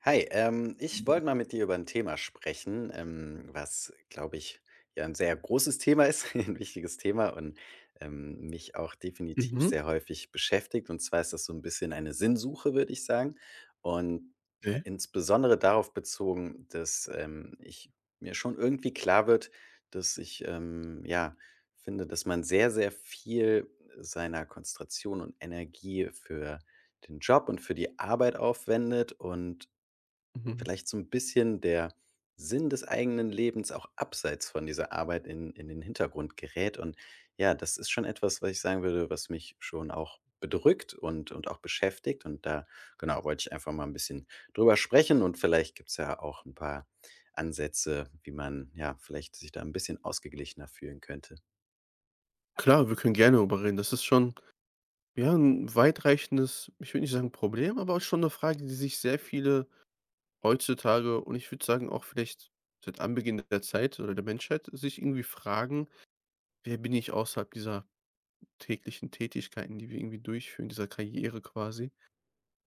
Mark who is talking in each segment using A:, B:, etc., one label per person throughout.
A: Hi, ich wollte mal mit dir über ein Thema sprechen, was, glaube ich, ja ein sehr großes Thema ist, ein wichtiges Thema und mich auch definitiv
B: Mhm.
A: sehr häufig beschäftigt. Und zwar ist das so ein bisschen eine Sinnsuche, würde ich sagen. Und
B: Okay.
A: insbesondere darauf bezogen, dass ich mir schon irgendwie klar wird, dass ich finde, dass man sehr, sehr viel seiner Konzentration und Energie für den Job und für die Arbeit aufwendet und
B: Mhm.
A: vielleicht so ein bisschen der Sinn des eigenen Lebens auch abseits von dieser Arbeit in den Hintergrund gerät. Und ja, das ist schon etwas, was ich sagen würde, was mich schon auch bedrückt und auch beschäftigt. Und da, genau, wollte ich einfach mal ein bisschen drüber sprechen und vielleicht gibt's ja auch ein paar Ansätze, wie man, ja, vielleicht sich da ein bisschen ausgeglichener fühlen könnte.
B: Klar, wir können gerne darüber reden. Das ist schon, ja, ein weitreichendes, ich würde nicht sagen Problem, aber auch schon eine Frage, die sich sehr viele heutzutage und ich würde sagen auch vielleicht seit Anbeginn der Zeit oder der Menschheit sich irgendwie fragen: „Wer bin ich außerhalb dieser täglichen Tätigkeiten, die wir irgendwie durchführen, dieser Karriere quasi?“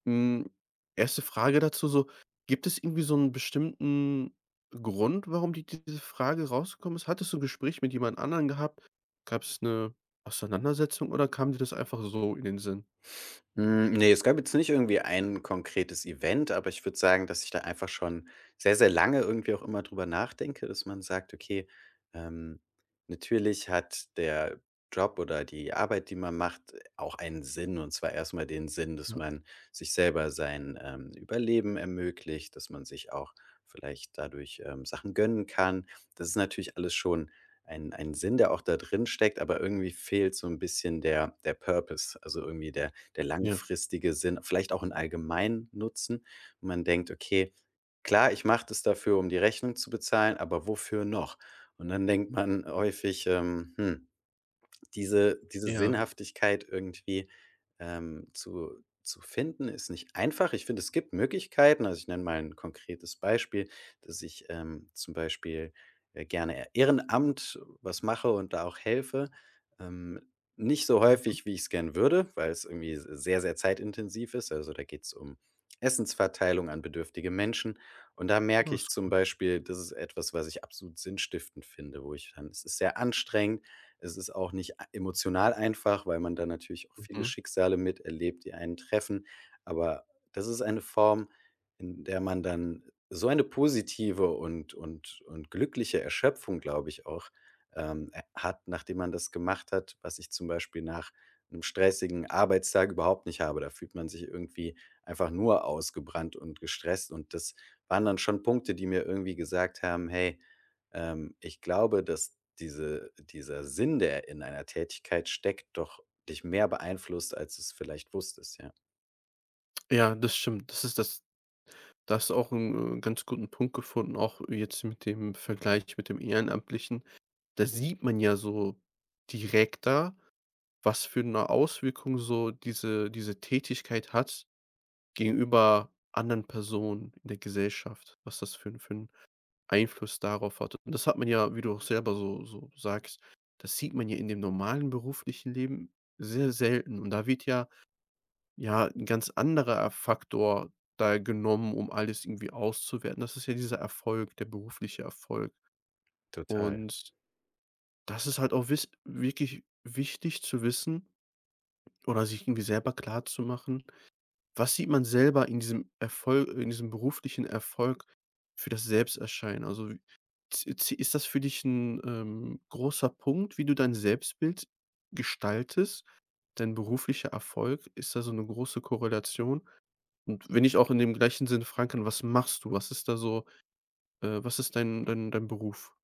B: Hm, Erste Frage dazu so, gibt es irgendwie so einen bestimmten Grund, warum die diese Frage rausgekommen ist? Hattest du 'n Gespräch mit jemand anderen gehabt? Gab es eine Auseinandersetzung oder kam dir das einfach so in den Sinn?
A: Hm, ne, es gab jetzt nicht irgendwie ein konkretes Event, aber ich würde sagen, dass ich da einfach schon sehr, sehr lange irgendwie auch immer drüber nachdenke, dass man sagt: „Okay, ähm, natürlich hat der Job oder die Arbeit, die man macht, auch einen Sinn." Und zwar erst mal den Sinn, dass
B: Ja.
A: man sich selber sein Überleben ermöglicht, dass man sich auch vielleicht dadurch Sachen gönnen kann. Das ist natürlich alles schon ein Sinn, der auch da drin steckt, aber irgendwie fehlt so ein bisschen der Purpose, also irgendwie der der
B: Ja.
A: langfristige Sinn, vielleicht auch 'n Allgemeinnutzen. Und man denkt: „Okay, klar, ich mache das dafür, um die Rechnung zu bezahlen, aber wofür noch?" Und dann denkt man häufig: „Hm, diese
B: Ja.
A: Sinnhaftigkeit irgendwie, zu finden, ist nicht einfach. Ich finde, es gibt Möglichkeiten. Also, ich nenne mal ein konkretes Beispiel, dass ich zum Beispiel gerne Ehrenamt was mache und da auch helfe. Ähm, nicht so
B: Mhm.
A: häufig, wie ich es gern würde, weil es irgendwie sehr, sehr zeitintensiv ist. Also, da geht's um Essensverteilung an bedürftige Menschen. Und da merke
B: Ja,
A: ich
B: ist
A: zum
B: gut.
A: Beispiel, das ist etwas, was ich absolut sinnstiftend finde, wo ich dann es ist sehr anstrengend, es ist auch nicht e-, emotional einfach, weil man da natürlich auch viele
B: Mhm.
A: Schicksale miterlebt, die einen treffen. Aber das ist eine Form, in der man dann so eine positive und glückliche Erschöpfung, glaube ich, auch, hat, nachdem man das gemacht hat, was ich zum Beispiel nach einem stressigen Arbeitstag überhaupt nicht habe. Da fühlt man sich irgendwie einfach nur ausgebrannt und gestresst. Und das waren dann schon Punkte, die mir irgendwie gesagt haben: „Hey, ich glaube, dass dieser Sinn, der in einer Tätigkeit steckt, doch dich mehr beeinflusst, als du es vielleicht wusstest, ja.
B: Ja, das stimmt. Das ist das Da hast du auch einen ganz guten Punkt gefunden, auch jetzt mit dem Vergleich mit dem Ehrenamtlichen. Da sieht man ja so direkter, was für eine Auswirkung so diese Tätigkeit hat gegenüber anderen Personen in der Gesellschaft, was das für 'n Einfluss darauf hat. Und das hat man ja, wie du auch selber so sagst, das sieht man ja in dem normalen beruflichen Leben sehr selten. Und da wird ja, ja, 'n ganz anderer, Faktor da genommen, um alles irgendwie auszuwerten. Das ist ja dieser Erfolg, der berufliche Erfolg.
A: Total.
B: Und das ist halt auch wiss wirklich wichtig zu wissen oder sich irgendwie selber klarzumachen: Was sieht man selber in diesem Erfolg, in diesem beruflichen Erfolg für das Selbsterscheinen? Also, w z z ist das für dich ein großer Punkt, wie du dein Selbstbild gestaltest, dein beruflicher Erfolg? Ist da so eine große Korrelation? Und wenn ich auch in dem gleichen Sinne fragen kann, was machst du? Was ist da so was ist dein Beruf?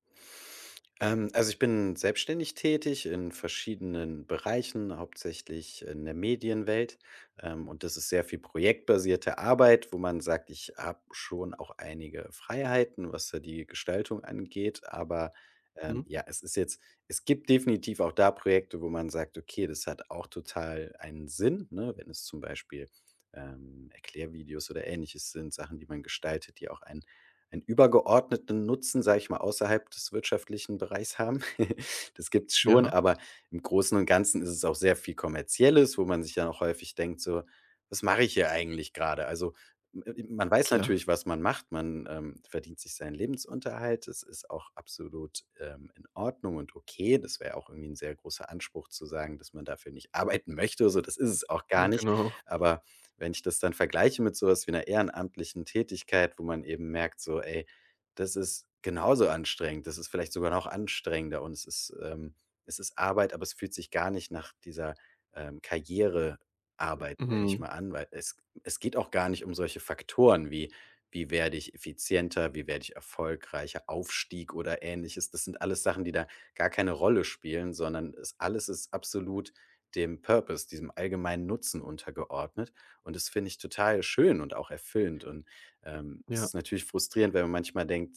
A: Also ich bin selbstständig tätig in verschiedenen Bereichen, hauptsächlich in der Medienwelt. Und das ist sehr viel projektbasierte Arbeit, wo man sagt, ich habe schon auch einige Freiheiten, was da die Gestaltung angeht. Aber ähm,
B: Mhm.
A: ja, es ist jetzt, es gibt definitiv auch da Projekte, wo man sagt, okay, das hat auch total einen Sinn, ne? Wenn es zum Beispiel Erklärvideos oder ähnliches sind, Sachen, die man gestaltet, die auch einen übergeordneten Nutzen, sage ich mal, außerhalb des wirtschaftlichen Bereichs haben. Das gibt's schon,
B: Ja,
A: aber im Großen und Ganzen ist es auch sehr viel Kommerzielles, wo man sich dann auch häufig denkt so: „Was mache ich hier eigentlich gerade? Also, m man weiß
B: klar.
A: natürlich, was man macht. Man verdient sich seinen Lebensunterhalt. Das ist auch absolut in Ordnung und okay. Das wäre auch irgendwie ein sehr großer Anspruch zu sagen, dass man dafür nicht arbeiten möchte, so. Das ist es auch gar nicht.
B: Genau.
A: Aber wenn ich das dann vergleiche mit sowas wie einer ehrenamtlichen Tätigkeit, wo man eben merkt so: „Ey, das ist genauso anstrengend. Das ist vielleicht sogar noch anstrengender und es ist Arbeit, aber es fühlt sich gar nicht nach dieser Karrierearbeit, nenne ich
B: Mhm.
A: mal an", weil es geht auch gar nicht um solche Faktoren wie: „Wie werde ich effizienter? Wie werde ich erfolgreicher?" Aufstieg oder Ähnliches. Das sind alles Sachen, die da gar keine Rolle spielen, sondern es alles ist absolut dem Purpose, diesem allgemeinen Nutzen untergeordnet. Und das finde ich total schön und auch erfüllend. Und es
B: Ja,
A: ist natürlich frustrierend, wenn man manchmal denkt,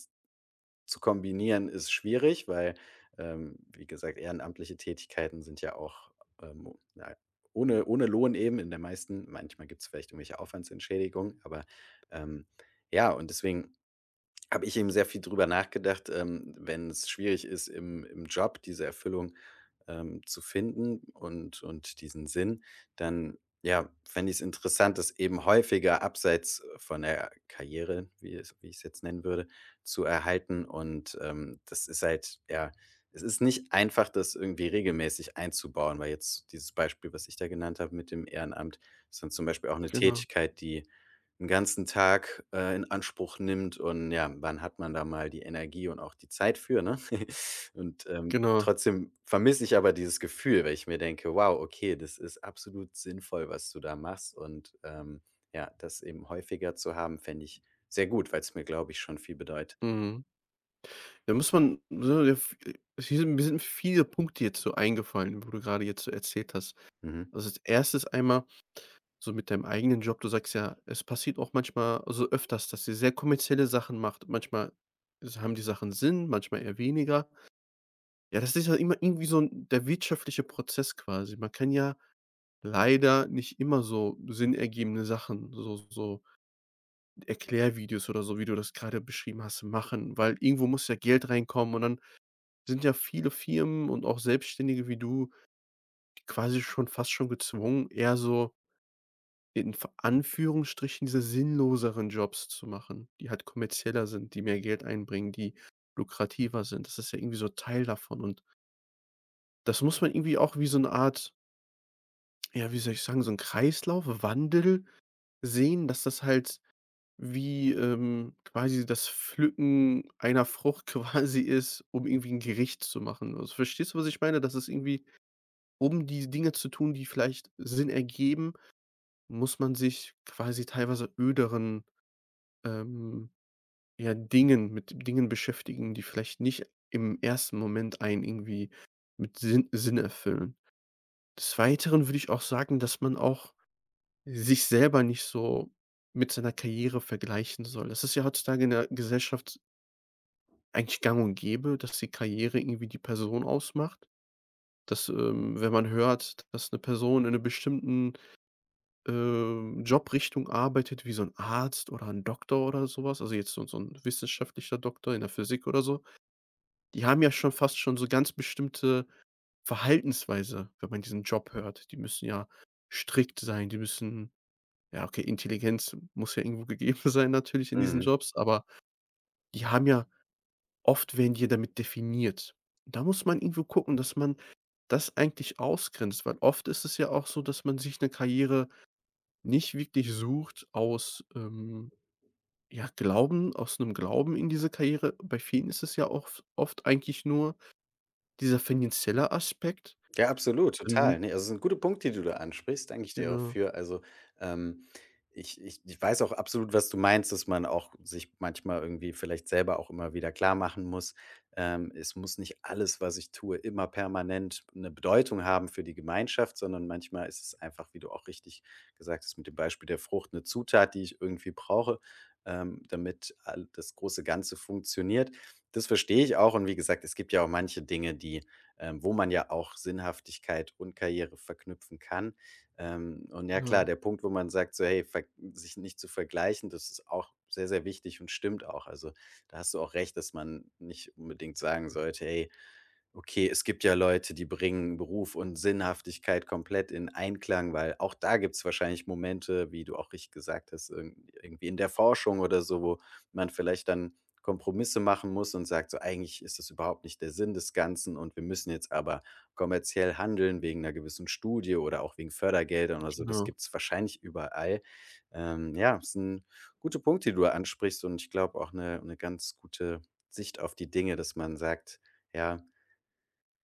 A: zu kombinieren ist schwierig, weil wie gesagt, ehrenamtliche Tätigkeiten sind ja auch ähm, ja, ohne Lohn eben in der meisten. Manchmal gibt es vielleicht irgendwelche Aufwandsentschädigungen, aber ähm, ja, und deswegen habe ich eben sehr viel drüber nachgedacht, wenn es schwierig ist, im Job diese Erfüllung zu finden und diesen Sinn, dann, ja, fände ich es interessant, das eben häufiger abseits von der Karriere, wie ich es jetzt nennen würde, zu erhalten. Und das ist halt ja, es ist nicht einfach, das irgendwie regelmäßig einzubauen, weil jetzt dieses Beispiel, was ich da genannt habe mit dem Ehrenamt, ist dann zum Beispiel auch eine
B: genau.
A: Tätigkeit, die einen ganzen Tag in Anspruch nimmt und ja, wann hat man da mal die Energie und auch die Zeit für, ne? Und
B: Genau.
A: trotzdem vermisse ich aber dieses Gefühl, weil ich mir denke: „Wow, okay, das ist absolut sinnvoll, was du da machst." Und ja, das eben häufiger zu haben, fände ich sehr gut, weil es mir, glaube ich, schon viel bedeutet.
B: Mhm. Da muss man so ja, v hier sind mir sind viele Punkte jetzt so eingefallen, wo du gerade jetzt so erzählt hast.
A: Mhm.
B: Also, als erstes einmal so mit deinem eigenen Job. Du sagst ja, es passiert auch manchmal, also, öfters, dass ihr sehr kommerzielle Sachen macht. Manchmal s haben die Sachen Sinn, manchmal eher weniger. Ja, das ist ja immer irgendwie so 'n der wirtschaftliche Prozess quasi. Man kann ja leider nicht immer so sinnergebende Sachen, so Erklärvideos oder so, wie du das gerade beschrieben hast, machen, weil irgendwo muss ja Geld reinkommen, und dann sind ja viele Firmen und auch Selbstständige wie du, die quasi schon fast schon gezwungen, eher so in v Anführungsstrichen diese sinnloseren Jobs zu machen, die halt kommerzieller sind, die mehr Geld einbringen, die lukrativer sind. Das ist ja irgendwie so Teil davon, und das muss man irgendwie auch wie so eine Art, ja, wie soll ich sagen, so ein Kreislauf, Wandel sehen, dass das halt wie, quasi das Pflücken einer Frucht quasi ist, um irgendwie ein Gericht zu machen. Also, verstehst du, was ich meine? Dass es irgendwie, um die Dinge zu tun, die vielleicht Sinn ergeben, muss man sich quasi teilweise öderen, ähm, ja, Dingen beschäftigen, die vielleicht nicht im ersten Moment einen irgendwie mit Sinn erfüllen. Des Weiteren würde ich auch sagen, dass man auch sich selber nicht so mit seiner Karriere vergleichen soll. Das ist ja heutzutage in der Gesellschaft eigentlich gang und gäbe, dass die Karriere irgendwie die Person ausmacht. Dass, wenn man hört, dass eine Person in einem bestimmten Jobrichtung arbeitet, wie so 'n Arzt oder 'n Doktor oder so was, also jetzt so 'n wissenschaftlicher Doktor in der Physik oder so, die haben ja schon fast schon so ganz bestimmte Verhaltensweise, wenn man diesen Job hört. Die müssen ja strikt sein, die müssen ja, okay, Intelligenz muss ja irgendwo gegeben sein natürlich in diesen
A: Mhm.
B: Jobs, aber die haben ja, oft werden die ja damit definiert. Da muss man irgendwo gucken, dass man das eigentlich ausgrenzt, weil oft ist es ja auch so, dass man sich 'ne Karriere nicht wirklich sucht aus, ja, Glauben aus einem Glauben in diese Karriere, bei vielen ist es ja auch oft eigentlich nur dieser finanzielle Aspekt.
A: Ja, absolut,
B: Ähm,
A: total. Ne, also es sind gute Punkte, die du da ansprichst. Danke ich dir auch
B: genau,
A: für. Also, ähm, ich weiß auch absolut, was du meinst, dass man auch sich manchmal irgendwie vielleicht selber auch immer wieder klarmachen muss, es muss nicht alles, was ich tue, immer permanent eine Bedeutung haben für die Gemeinschaft, sondern manchmal ist es einfach, wie du auch richtig gesagt hast, mit dem Beispiel der Frucht eine Zutat, die ich irgendwie brauche, damit all das große Ganze funktioniert. Das verstehe ich auch und wie gesagt, es gibt ja auch manche Dinge, die wo man ja auch Sinnhaftigkeit und Karriere verknüpfen kann. Und ja klar,
B: genau,
A: der Punkt, wo man sagt, so hey, ver- sich nicht zu vergleichen, das ist auch sehr, sehr wichtig und stimmt auch. Also da hast du auch recht, dass man nicht unbedingt sagen sollte, hey, okay, es gibt ja Leute, die bringen Beruf und Sinnhaftigkeit komplett in Einklang, weil auch da gibt es wahrscheinlich Momente, wie du auch richtig gesagt hast, irg- irgendwie in der Forschung oder so, wo man vielleicht dann Kompromisse machen muss und sagt so: „Eigentlich ist das überhaupt nicht der Sinn des Ganzen und wir müssen jetzt aber kommerziell handeln wegen einer gewissen Studie oder auch wegen Fördergeldern" oder so. Das
B: genau,
A: gibt es wahrscheinlich überall. Ja, Es sind gute Punkte, die du ansprichst und ich glaube auch eine ganz gute Sicht auf die Dinge, dass man sagt: „Ja,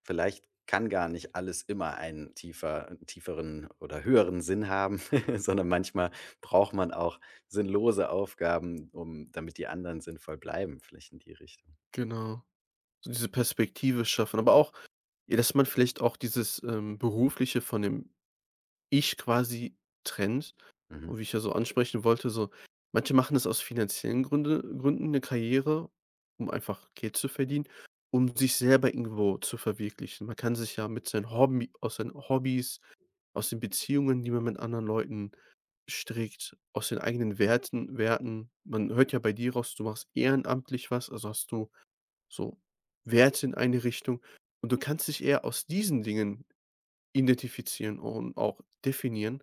A: vielleicht kann gar nicht alles immer einen tieferen oder höheren Sinn haben, sondern manchmal braucht man auch sinnlose Aufgaben, um damit die anderen sinnvoll bleiben, vielleicht in die Richtung.
B: genau. So diese Perspektive schaffen, aber auch ja, dass man vielleicht auch dieses, Berufliche von dem Ich quasi trennt.
A: Mhm.
B: Und wie ich ja so ansprechen wollte, so manche machen das aus finanziellen Gründen eine Karriere, um einfach Geld zu verdienen, um sich selber irgendwo zu verwirklichen. Man kann sich ja mit seinen Hobby aus seinen Hobbys, aus den Beziehungen, die man mit anderen Leuten strickt, aus den eigenen Werten. Man hört ja bei dir raus, du machst ehrenamtlich was, also hast du so Werte in eine Richtung, und du kannst dich eher aus diesen Dingen identifizieren und auch definieren,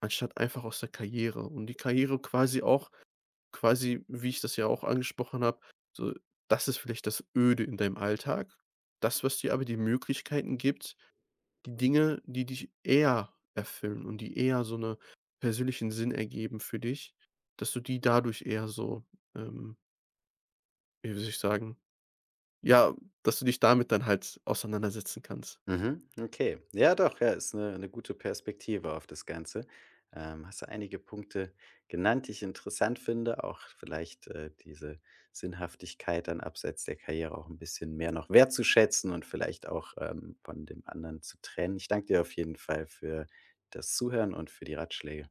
B: anstatt einfach aus der Karriere, und die Karriere quasi auch quasi, wie ich das ja auch angesprochen habe, so, das ist vielleicht das Öde in deinem Alltag. Das, was dir aber die Möglichkeiten gibt, die Dinge, die dich eher erfüllen und die eher so 'ne persönlichen Sinn ergeben für dich, dass du die dadurch eher so, ähm, wie soll ich sagen, ja, dass du dich damit dann halt auseinandersetzen kannst.
A: Mhm, okay. Ja doch, ja, ist eine gute Perspektive auf das Ganze. Hast du einige Punkte genannt, die ich interessant finde, auch vielleicht diese Sinnhaftigkeit dann abseits der Karriere auch ein bisschen mehr noch wertzuschätzen und vielleicht auch von dem anderen zu trennen. Ich danke dir auf jeden Fall für das Zuhören und für die Ratschläge.